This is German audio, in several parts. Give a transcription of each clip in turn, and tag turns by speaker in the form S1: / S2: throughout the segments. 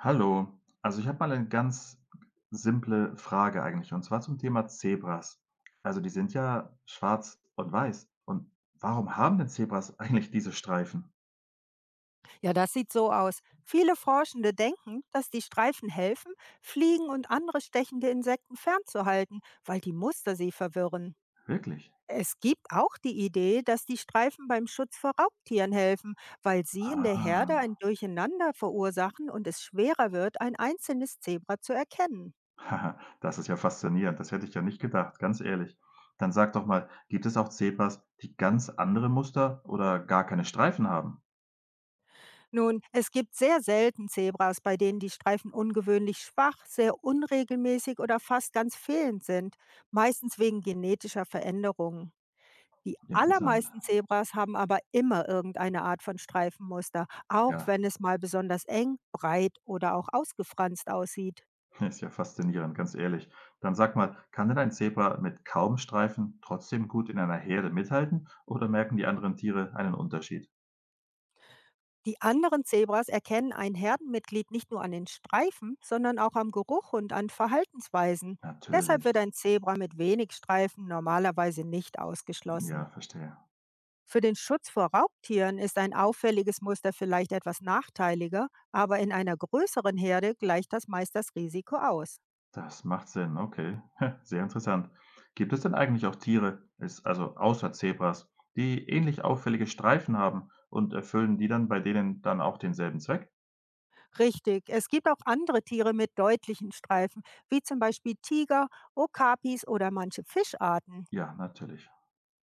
S1: Hallo, also ich habe mal eine ganz simple Frage eigentlich und zwar zum Thema Zebras. Also die sind ja schwarz und weiß. Und warum haben denn Zebras eigentlich diese Streifen?
S2: Ja, das sieht so aus. Viele Forschende denken, dass die Streifen helfen, Fliegen und andere stechende Insekten fernzuhalten, weil die Muster sie verwirren.
S1: Wirklich?
S2: Es gibt auch die Idee, dass die Streifen beim Schutz vor Raubtieren helfen, weil sie in der
S1: Ah,
S2: Herde ein Durcheinander verursachen und es schwerer wird, ein einzelnes Zebra zu erkennen.
S1: haha, das ist ja faszinierend. Das hätte ich ja nicht gedacht, ganz ehrlich. Dann sag doch mal, gibt es auch Zebras, die ganz andere Muster oder gar keine Streifen haben?
S2: Nun, es gibt sehr selten Zebras, bei denen die Streifen ungewöhnlich schwach, sehr unregelmäßig oder fast ganz fehlend sind, meistens wegen genetischer Veränderungen. Die
S1: Interessant.
S2: allermeisten Zebras haben aber immer irgendeine Art von Streifenmuster, auch
S1: Ja,
S2: wenn es mal besonders eng, breit oder auch ausgefranst aussieht.
S1: ist ja faszinierend, ganz ehrlich. Dann sag mal, kann denn ein Zebra mit kaum Streifen trotzdem gut in einer Herde mithalten oder merken die anderen Tiere einen Unterschied?
S2: Die anderen Zebras erkennen ein Herdenmitglied nicht nur an den Streifen, sondern auch am Geruch und an Verhaltensweisen. Deshalb
S1: Natürlich.
S2: wird ein Zebra mit wenig Streifen normalerweise nicht ausgeschlossen.
S1: Ja, verstehe.
S2: Für den Schutz vor Raubtieren ist ein auffälliges Muster vielleicht etwas nachteiliger, aber in einer größeren Herde gleicht das meist das Risiko aus.
S1: Das macht Sinn. Okay. Sehr interessant. Gibt es denn eigentlich auch Tiere, ist also außer Zebras, die ähnlich auffällige Streifen haben und erfüllen die dann bei denen dann auch denselben Zweck?
S2: Richtig, es gibt auch andere Tiere mit deutlichen Streifen, wie zum Beispiel Tiger, Okapis oder manche Fischarten.
S1: Ja, natürlich.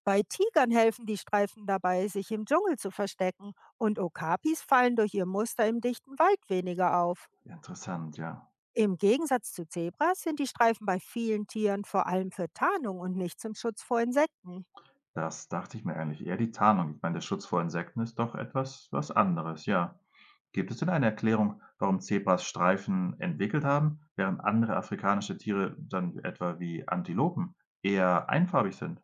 S2: Bei Tigern helfen die Streifen dabei, sich im Dschungel zu verstecken und Okapis fallen durch ihr Muster im dichten Wald weniger auf.
S1: Interessant, ja.
S2: Im Gegensatz zu Zebras sind die Streifen bei vielen Tieren vor allem für Tarnung und nicht zum Schutz vor Insekten.
S1: Das dachte ich mir eigentlich. Eher die Tarnung. Ich meine, der Schutz vor Insekten ist doch etwas was anderes, ja. Gibt es denn eine Erklärung, warum Zebras Streifen entwickelt haben, während andere afrikanische Tiere dann etwa wie Antilopen eher einfarbig sind?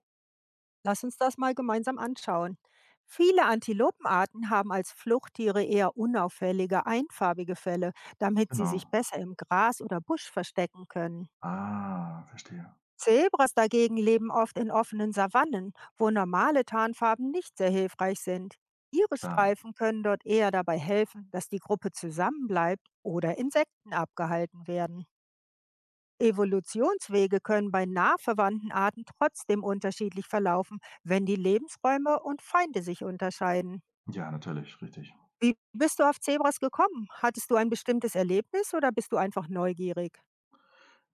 S2: Lass uns das mal gemeinsam anschauen. Viele Antilopenarten haben als Fluchttiere eher unauffällige, einfarbige Felle, damit sie sich
S1: Genau.
S2: besser im Gras oder Busch verstecken können.
S1: Ah, verstehe.
S2: Zebras dagegen leben oft in offenen Savannen, wo normale Tarnfarben nicht sehr hilfreich sind. Ihre
S1: Klar.
S2: Streifen können dort eher dabei helfen, dass die Gruppe zusammenbleibt oder Insekten abgehalten werden. Evolutionswege können bei nah verwandten Arten trotzdem unterschiedlich verlaufen, wenn die Lebensräume und Feinde sich unterscheiden.
S1: Ja, natürlich, richtig.
S2: Wie bist du auf Zebras gekommen? Hattest du ein bestimmtes Erlebnis oder bist du einfach neugierig?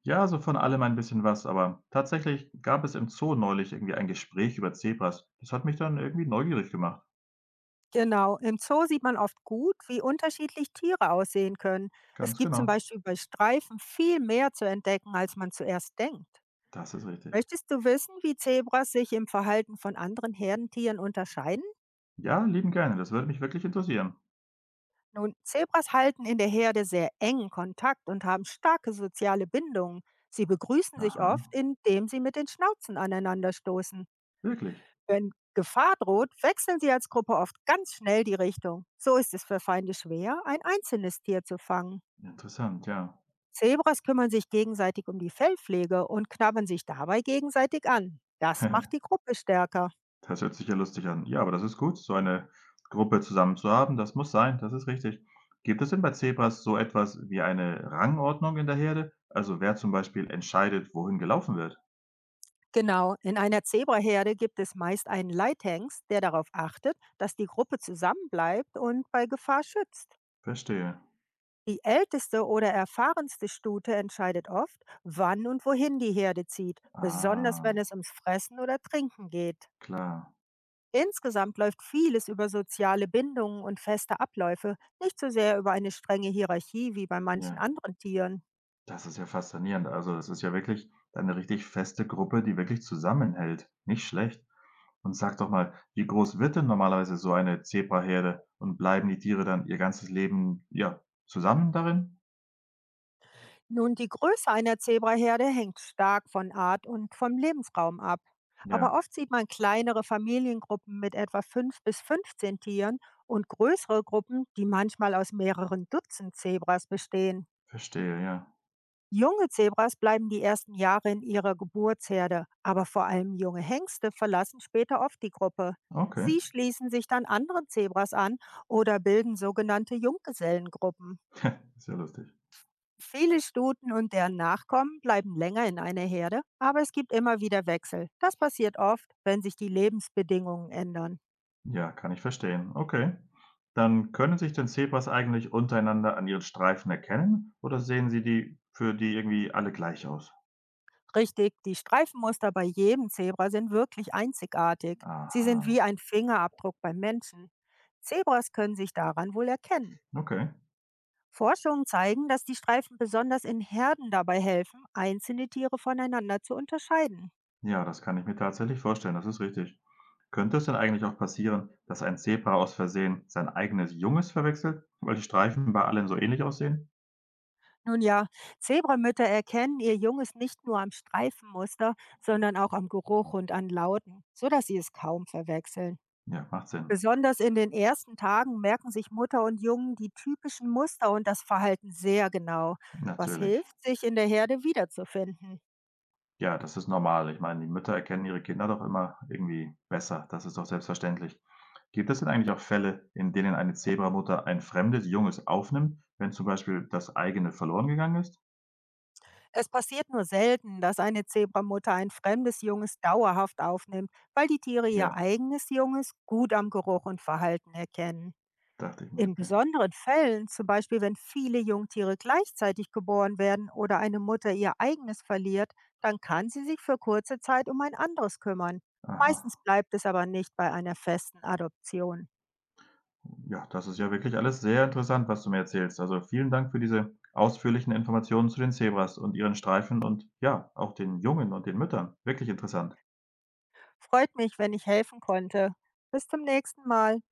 S1: Ja, so von allem ein bisschen was, aber tatsächlich gab es im Zoo neulich irgendwie ein Gespräch über Zebras. Das hat mich dann irgendwie neugierig gemacht.
S2: Genau, im Zoo sieht man oft gut, wie unterschiedlich Tiere aussehen können. Es
S1: Ganz
S2: gibt zum
S1: genau.
S2: Beispiel bei Streifen viel mehr zu entdecken, als man zuerst denkt.
S1: Das ist richtig.
S2: Möchtest du wissen, wie Zebras sich im Verhalten von anderen Herdentieren unterscheiden?
S1: Ja, lieben gerne. Das würde mich wirklich interessieren.
S2: Nun, Zebras halten in der Herde sehr engen Kontakt und haben starke soziale Bindungen. Sie begrüßen sich oft,
S1: Aha,
S2: indem sie mit den Schnauzen aneinander stoßen.
S1: wirklich.
S2: Wenn Gefahr droht, wechseln sie als Gruppe oft ganz schnell die Richtung. So ist es für Feinde schwer, ein einzelnes Tier zu fangen.
S1: Interessant, ja.
S2: Zebras kümmern sich gegenseitig um die Fellpflege und knabbern sich dabei gegenseitig an. Das macht die Gruppe stärker.
S1: Das hört sich ja lustig an. Ja, aber das ist gut, so eine Gruppe zusammen zu haben. Das muss sein, das ist richtig. Gibt es denn bei Zebras so etwas wie eine Rangordnung in der Herde? Also wer zum Beispiel entscheidet, wohin gelaufen wird?
S2: Genau, in einer Zebraherde gibt es meist einen Leithengst, der darauf achtet, dass die Gruppe zusammenbleibt und bei Gefahr schützt.
S1: Verstehe.
S2: Die älteste oder erfahrenste Stute entscheidet oft, wann und wohin die Herde zieht, besonders wenn
S1: Ah,
S2: es ums Fressen oder Trinken geht.
S1: klar.
S2: Insgesamt läuft vieles über soziale Bindungen und feste Abläufe, nicht so sehr über eine strenge Hierarchie wie bei manchen
S1: Ja,
S2: anderen Tieren.
S1: das ist ja faszinierend. Also das ist ja wirklich eine richtig feste Gruppe, die wirklich zusammenhält. Nicht schlecht. Und sag doch mal, wie groß wird denn normalerweise so eine Zebraherde und bleiben die Tiere dann ihr ganzes Leben, ja, zusammen darin?
S2: Nun, die Größe einer Zebraherde hängt stark von Art und vom Lebensraum ab. Aber
S1: Ja,
S2: oft sieht man kleinere Familiengruppen mit etwa 5 bis 15 Tieren und größere Gruppen, die manchmal aus mehreren Dutzend Zebras bestehen.
S1: verstehe, ja.
S2: Junge Zebras bleiben die ersten Jahre in ihrer Geburtsherde, aber vor allem junge Hengste verlassen später oft die Gruppe.
S1: Okay,
S2: Sie schließen sich dann anderen Zebras an oder bilden sogenannte Junggesellengruppen.
S1: sehr lustig.
S2: Viele Stuten und deren Nachkommen bleiben länger in einer Herde, aber es gibt immer wieder Wechsel. Das passiert oft, wenn sich die Lebensbedingungen ändern.
S1: Ja, kann ich verstehen. Okay. Dann können sich denn Zebras eigentlich untereinander an ihren Streifen erkennen oder sehen sie die für die irgendwie alle gleich aus?
S2: Richtig, die Streifenmuster bei jedem Zebra sind wirklich einzigartig. Sie
S1: Aha,
S2: sind wie ein Fingerabdruck beim Menschen. Zebras können sich daran wohl erkennen.
S1: okay.
S2: Forschungen zeigen, dass die Streifen besonders in Herden dabei helfen, einzelne Tiere voneinander zu unterscheiden.
S1: Ja, das kann ich mir tatsächlich vorstellen, das ist richtig. Könnte es denn eigentlich auch passieren, dass ein Zebra aus Versehen sein eigenes Junges verwechselt, weil die Streifen bei allen so ähnlich aussehen?
S2: Nun ja, Zebramütter erkennen ihr Junges nicht nur am Streifenmuster, sondern auch am Geruch und an Lauten, sodass sie es kaum verwechseln.
S1: Ja, macht Sinn.
S2: Besonders in den ersten Tagen merken sich Mutter und Jungen die typischen Muster und das Verhalten sehr genau, was
S1: Natürlich.
S2: hilft, sich in der Herde wiederzufinden.
S1: Ja, das ist normal. Ich meine, die Mütter erkennen ihre Kinder doch immer irgendwie besser. Das ist doch selbstverständlich. Gibt es denn eigentlich auch Fälle, in denen eine Zebramutter ein fremdes Junges aufnimmt, wenn zum Beispiel das eigene verloren gegangen ist?
S2: Es passiert nur selten, dass eine Zebramutter ein fremdes Junges dauerhaft aufnimmt, weil die Tiere ihr
S1: Ja,
S2: eigenes Junges gut am Geruch und Verhalten erkennen.
S1: dachte ich mir,
S2: In
S1: okay.
S2: besonderen Fällen, zum Beispiel wenn viele Jungtiere gleichzeitig geboren werden oder eine Mutter ihr eigenes verliert, dann kann sie sich für kurze Zeit um ein anderes kümmern. Meistens
S1: Aha.
S2: bleibt es aber nicht bei einer festen Adoption.
S1: Ja, das ist ja wirklich alles sehr interessant, was du mir erzählst. Also vielen Dank für diese ausführlichen Informationen zu den Zebras und ihren Streifen und ja, auch den Jungen und den Müttern. Wirklich interessant.
S2: Freut mich, wenn ich helfen konnte. Bis zum nächsten Mal.